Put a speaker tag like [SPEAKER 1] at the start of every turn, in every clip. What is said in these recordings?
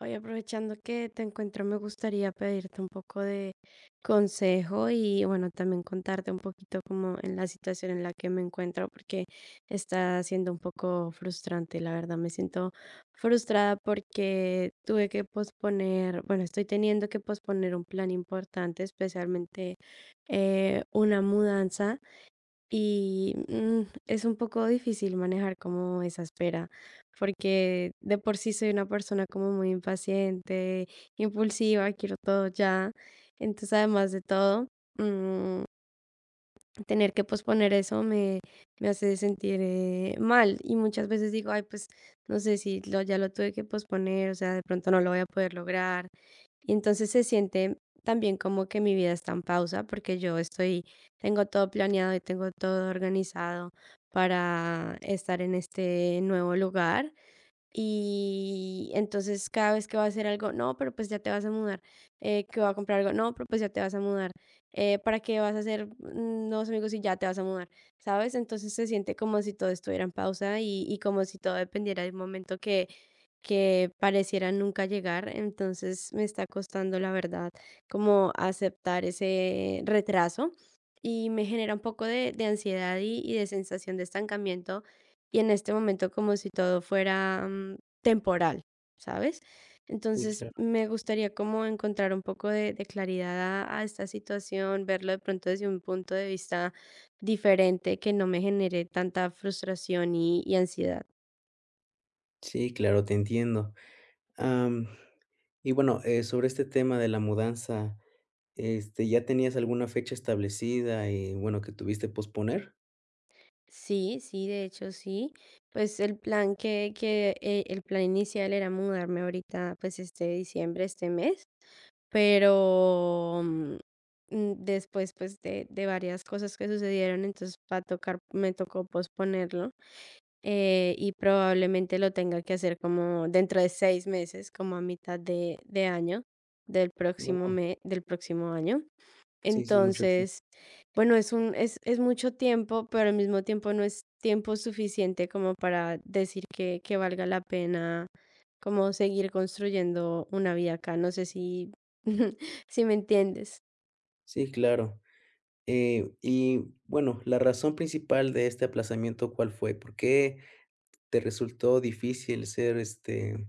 [SPEAKER 1] Hoy aprovechando que te encuentro, me gustaría pedirte un poco de consejo y bueno, también contarte un poquito como en la situación en la que me encuentro, porque está siendo un poco frustrante, la verdad, me siento frustrada porque tuve que posponer, bueno, estoy teniendo que posponer un plan importante, especialmente una mudanza. Y es un poco difícil manejar como esa espera, porque de por sí soy una persona como muy impaciente, impulsiva, quiero todo ya. Entonces, además de todo, mm, tener que posponer eso me hace sentir mal. Y muchas veces digo, ay, pues no sé si lo, ya lo tuve que posponer, o sea, de pronto no lo voy a poder lograr y entonces se siente también como que mi vida está en pausa porque tengo todo planeado y tengo todo organizado para estar en este nuevo lugar, y entonces cada vez que va a hacer algo, no, pero pues ya te vas a mudar, que va a comprar algo, no, pero pues ya te vas a mudar, ¿para qué vas a hacer nuevos amigos si ya te vas a mudar? ¿Sabes? Entonces se siente como si todo estuviera en pausa y como si todo dependiera que pareciera nunca llegar. Entonces me está costando, la verdad, como aceptar ese retraso y me genera de ansiedad y de sensación de estancamiento y en este momento como si todo fuera, temporal, ¿sabes?
[SPEAKER 2] Sí,
[SPEAKER 1] Entonces,
[SPEAKER 2] claro.
[SPEAKER 1] me gustaría como encontrar un poco de claridad a esta situación, verlo de pronto desde un punto de vista diferente que no me genere tanta frustración y ansiedad.
[SPEAKER 2] Sí, claro, te entiendo. Am, y bueno, sobre este tema de la mudanza, ¿ya tenías alguna fecha establecida y bueno, que tuviste posponer?
[SPEAKER 1] Sí, sí, de hecho, sí. Pues el plan inicial era mudarme ahorita, pues, este diciembre, este mes. Pero, después, pues, de varias cosas que sucedieron, entonces va a tocar me tocó posponerlo, y probablemente lo tenga que hacer como dentro de 6 meses, como a mitad de año,
[SPEAKER 2] Wow,
[SPEAKER 1] del próximo año.
[SPEAKER 2] sí, sí, mucho tiempo.
[SPEAKER 1] Entonces, bueno, es un es mucho tiempo, pero al mismo tiempo no es tiempo suficiente como para decir que valga la pena como seguir construyendo una vida acá, no sé si, si me entiendes.
[SPEAKER 2] Sí, claro. Y bueno, la razón principal de este aplazamiento, ¿cuál fue? ¿Por qué te resultó difícil ser,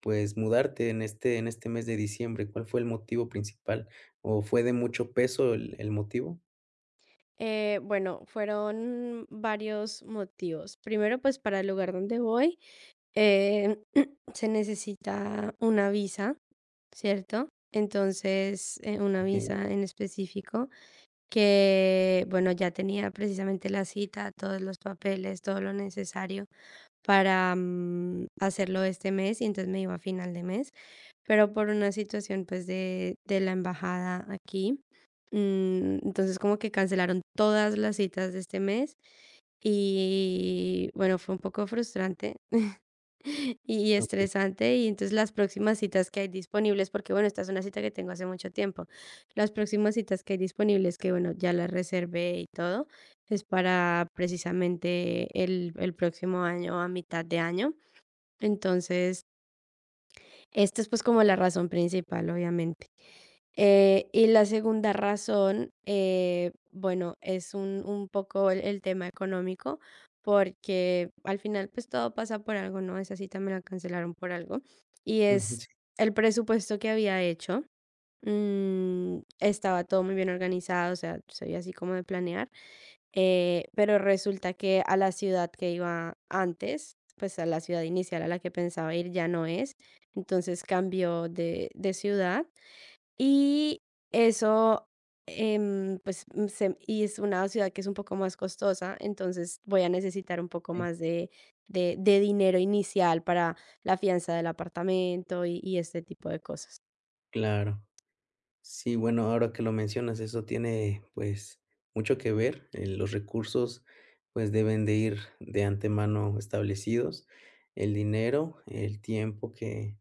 [SPEAKER 2] pues mudarte en este mes de diciembre? ¿Cuál fue el motivo principal? ¿O fue de mucho peso el motivo?
[SPEAKER 1] Bueno, fueron varios motivos. Primero, pues para el lugar donde voy, eh, se necesita una visa, ¿cierto? Entonces, una
[SPEAKER 2] Ok,
[SPEAKER 1] visa en específico, que bueno, ya tenía precisamente la cita, todos los papeles, todo lo necesario para, hacerlo este mes y entonces me iba a final de mes, pero por una situación, pues, de la embajada aquí, entonces como que cancelaron todas las citas de este mes y bueno, fue un poco frustrante y
[SPEAKER 2] ok.
[SPEAKER 1] estresante, y entonces las próximas citas que hay disponibles, porque bueno, esta es una cita que tengo hace mucho tiempo, las próximas citas que hay disponibles, que bueno, ya las reservé y todo, es para precisamente el próximo año, a mitad de año. Entonces, esta es pues como la razón principal, obviamente. Y la segunda razón, bueno, un poco el tema económico, porque al final pues todo pasa por algo, ¿no? Esa cita me la cancelaron por algo. Y
[SPEAKER 2] Ujú,
[SPEAKER 1] es
[SPEAKER 2] sí,
[SPEAKER 1] el presupuesto que había hecho. Estaba todo muy bien organizado, o sea, soy así como de planear, pero resulta que a la ciudad que iba antes, pues a la ciudad inicial a la que pensaba ir ya no es, entonces cambió de ciudad y eso, pues, mm, se y es una ciudad que es un poco más costosa, entonces voy a necesitar un poco
[SPEAKER 2] sí,
[SPEAKER 1] más de dinero inicial para la fianza del apartamento y este tipo de cosas.
[SPEAKER 2] claro. Sí, bueno, ahora que lo mencionas, eso tiene, pues, mucho que ver. Eh, los recursos, pues, deben de ir de antemano establecidos. El dinero, el tiempo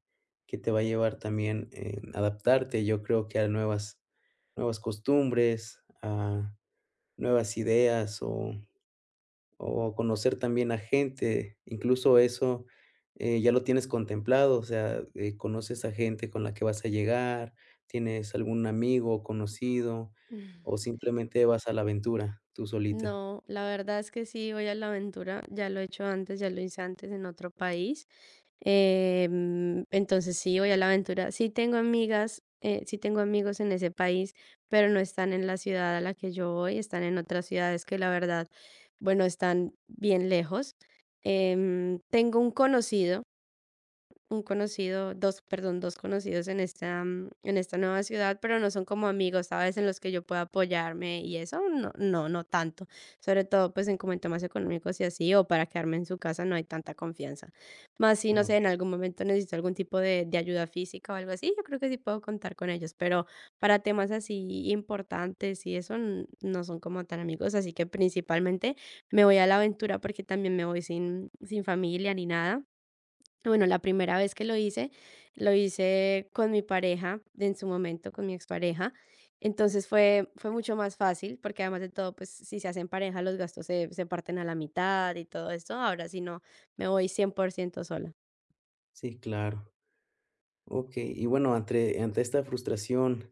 [SPEAKER 2] que te va a llevar también adaptarte, yo creo que a nuevas costumbres, a nuevas ideas o conocer también a gente, incluso eso, ya lo tienes contemplado, o sea, conoces a gente con la que vas a llegar, tienes algún amigo o conocido, o
[SPEAKER 1] Mm.
[SPEAKER 2] simplemente vas a la aventura tú solita.
[SPEAKER 1] No, la verdad es que sí voy a la aventura, ya lo he hecho antes, ya lo hice antes en otro país. Entonces sí, voy a la aventura. Sí tengo amigas, sí tengo amigos en ese país, pero no están en la ciudad a la que yo voy, están en otras ciudades que la verdad, bueno, están bien lejos. Tengo un conocido, 2 perdón, 2 conocidos en esta, en esta nueva ciudad, pero no son como amigos, ¿sabes? En los que yo pueda apoyarme y eso no, no, no tanto. Sobre todo, pues, en como en temas económicos y así, o para quedarme en su casa no hay tanta confianza. Más si,
[SPEAKER 2] Ah,
[SPEAKER 1] no sé, en
[SPEAKER 2] okey.
[SPEAKER 1] algún momento necesito algún tipo de ayuda física o algo así, yo creo que sí puedo contar con ellos, pero para temas así importantes y eso no son como tan amigos, así que principalmente me voy a la aventura porque también me voy sin familia ni nada. Bueno, la primera vez que lo hice con mi pareja, de en su momento, con mi expareja. Entonces fue, fue mucho más fácil, porque además de todo, pues si se hacen pareja, se parten a la mitad y todo esto. Ahora si no, me voy 100% sola.
[SPEAKER 2] Sí, claro. Okey, y bueno, entre ante esta frustración.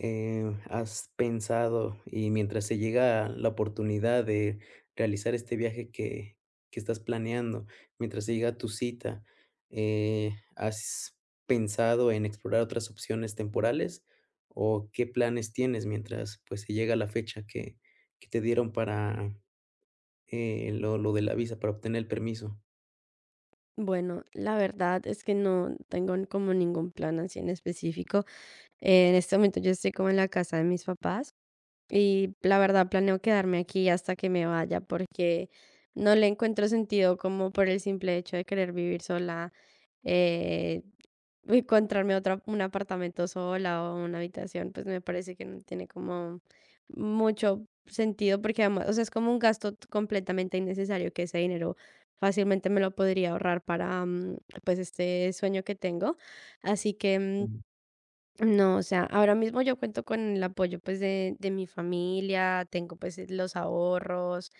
[SPEAKER 2] Eh, ¿Has pensado, y mientras se llega la oportunidad de realizar este viaje que estás planeando, mientras se llega tu cita, eh, has pensado en explorar otras opciones temporales? ¿O qué planes tienes mientras, pues, se llega la fecha que te dieron para, lo de la visa, para obtener el permiso?
[SPEAKER 1] Bueno, la verdad es que no tengo como ningún plan así en específico. En este momento yo estoy como en la casa de mis papás. Y la verdad planeo quedarme aquí hasta que me vaya porque no le encuentro sentido como por el simple hecho de querer vivir sola, eh, un apartamento sola o una habitación, pues me parece que no tiene como mucho sentido porque además, o sea, es como un gasto completamente innecesario que ese dinero fácilmente me lo podría ahorrar para pues este sueño que tengo. Así que...
[SPEAKER 2] Ujú.
[SPEAKER 1] no, o sea, ahora mismo yo cuento con el apoyo, pues, de mi familia, tengo, pues, los ahorros,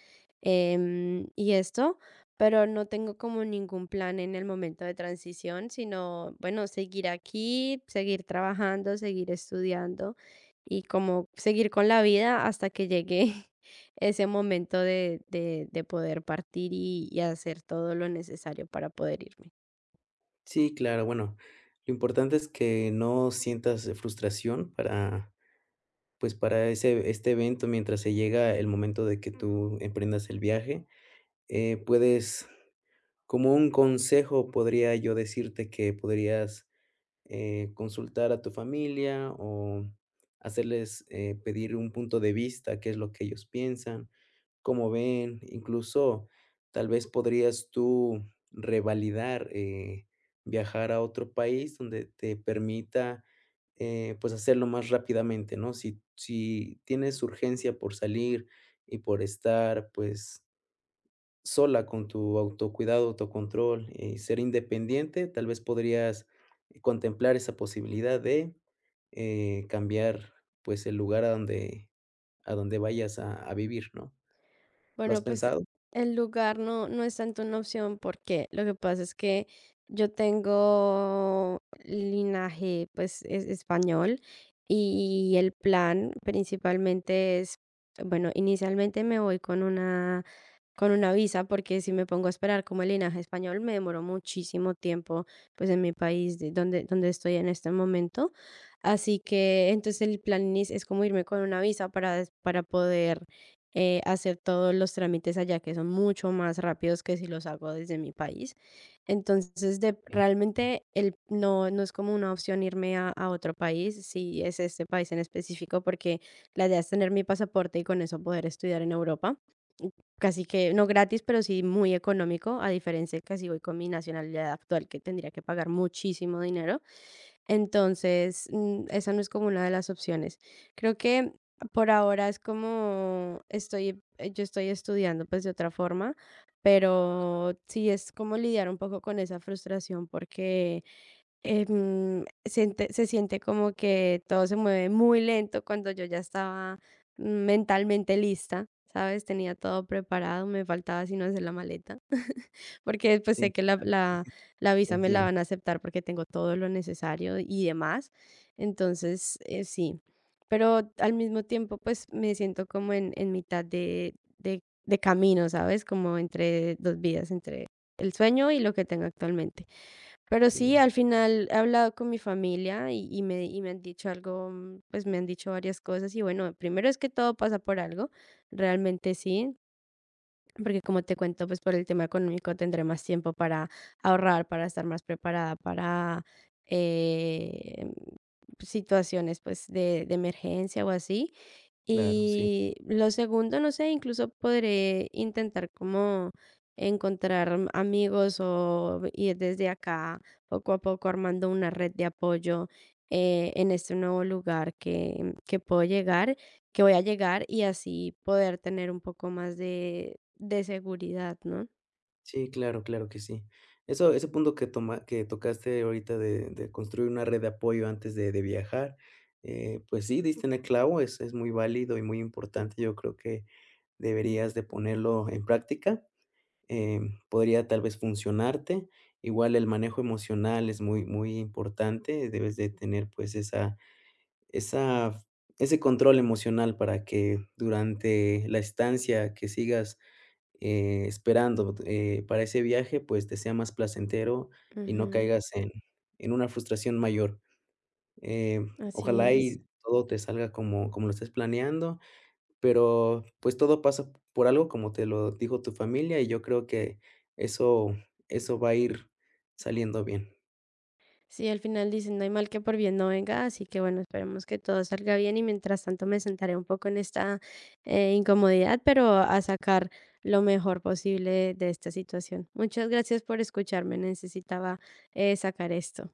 [SPEAKER 1] y esto, pero no tengo como ningún plan en el momento de transición, sino, bueno, seguir aquí, seguir trabajando, seguir estudiando y como seguir con la vida hasta que llegue ese momento de poder partir y hacer todo lo necesario para poder irme.
[SPEAKER 2] Sí, claro, bueno, lo importante es que no sientas frustración para pues, para ese este evento, mientras se llega el momento de que tú emprendas el viaje. Puedes, como un consejo podría yo decirte que podrías consultar a tu familia o hacerles pedir un punto de vista, qué es lo que ellos piensan, cómo ven, incluso tal vez podrías tú revalidar, viajar a otro país donde te permita pues hacerlo más rápidamente, ¿no? Si tienes urgencia por salir y por estar pues sola con tu autocuidado, autocontrol, y ser independiente, tal vez podrías contemplar esa posibilidad de, cambiar, pues, el lugar a donde vayas a vivir, ¿no? ¿Lo has
[SPEAKER 1] Bueno, pues
[SPEAKER 2] pensado?
[SPEAKER 1] el lugar no, no es tanto una opción porque lo que pasa es que yo tengo linaje pues es español y el plan principalmente es, bueno, inicialmente me voy con una visa porque si me pongo a esperar como el linaje español me demoro muchísimo tiempo pues en mi país de donde estoy en este momento. Así que entonces es como irme con una visa para poder hacer todos los trámites allá, que son mucho más rápidos que si los hago desde mi país. Entonces,
[SPEAKER 2] Sí,
[SPEAKER 1] realmente no, no es como una opción irme a otro país, si es este país en específico, porque la idea es tener mi pasaporte y con eso poder estudiar en Europa. Y casi que, no gratis, pero sí muy económico, a diferencia de que si voy con mi nacionalidad actual, que tendría que pagar muchísimo dinero. Entonces, esa no es como una de las opciones. Creo que por ahora es como estoy, yo estoy estudiando pues de otra forma, pero sí es como lidiar un poco con esa frustración porque se siente como que todo se mueve muy lento cuando yo ya estaba mentalmente lista, ¿sabes? Tenía todo preparado, me faltaba sino hacer la maleta. Porque, pues,
[SPEAKER 2] sí,
[SPEAKER 1] sé que la visa me la
[SPEAKER 2] entiendo.
[SPEAKER 1] van a aceptar porque tengo todo lo necesario y demás. Entonces, sí. Pero al mismo tiempo, pues, me siento como en mitad de camino, ¿sabes? Como entre 2 vidas, entre el sueño y lo que tengo actualmente. Pero sí,
[SPEAKER 2] Sí,
[SPEAKER 1] al final he hablado con mi familia y me han dicho algo, pues, me han dicho varias cosas y, bueno, primero es que todo pasa por algo, realmente sí. Porque como te cuento, pues por el tema económico tendré más tiempo para ahorrar, para estar más preparada para eh, situaciones pues de emergencia o así.
[SPEAKER 2] claro, sí.
[SPEAKER 1] Y lo segundo, no sé, incluso podré intentar como encontrar amigos o ir desde acá poco a poco armando una red de apoyo en este nuevo lugar que puedo llegar, que voy a llegar y así poder tener un poco más de seguridad, no.
[SPEAKER 2] Sí, claro, claro que sí. Eso, ese punto que toma que tocaste ahorita de construir una red de apoyo antes de viajar, pues sí, diste en el clavo, es muy válido y muy importante. Yo creo que deberías de ponerlo en práctica, podría tal vez funcionarte. Igual el manejo emocional es muy, muy importante, debes de tener pues esa, ese control emocional para que durante la estancia que sigas esperando para ese viaje, pues te sea más placentero y no
[SPEAKER 1] Ujú,
[SPEAKER 2] caigas en una frustración mayor. Eh,
[SPEAKER 1] así
[SPEAKER 2] Ojalá
[SPEAKER 1] es.
[SPEAKER 2] y todo te salga como, como lo estés planeando, pero, pues, todo pasa por algo, como te lo dijo tu familia, y yo creo que eso eso va a ir saliendo bien.
[SPEAKER 1] Sí, al final dicen, no hay mal que por bien no venga, así que bueno, esperemos que todo salga bien y mientras tanto me sentaré un poco en esta incomodidad, pero a sacar lo mejor posible de esta situación. Muchas gracias por escucharme, necesitaba sacar esto.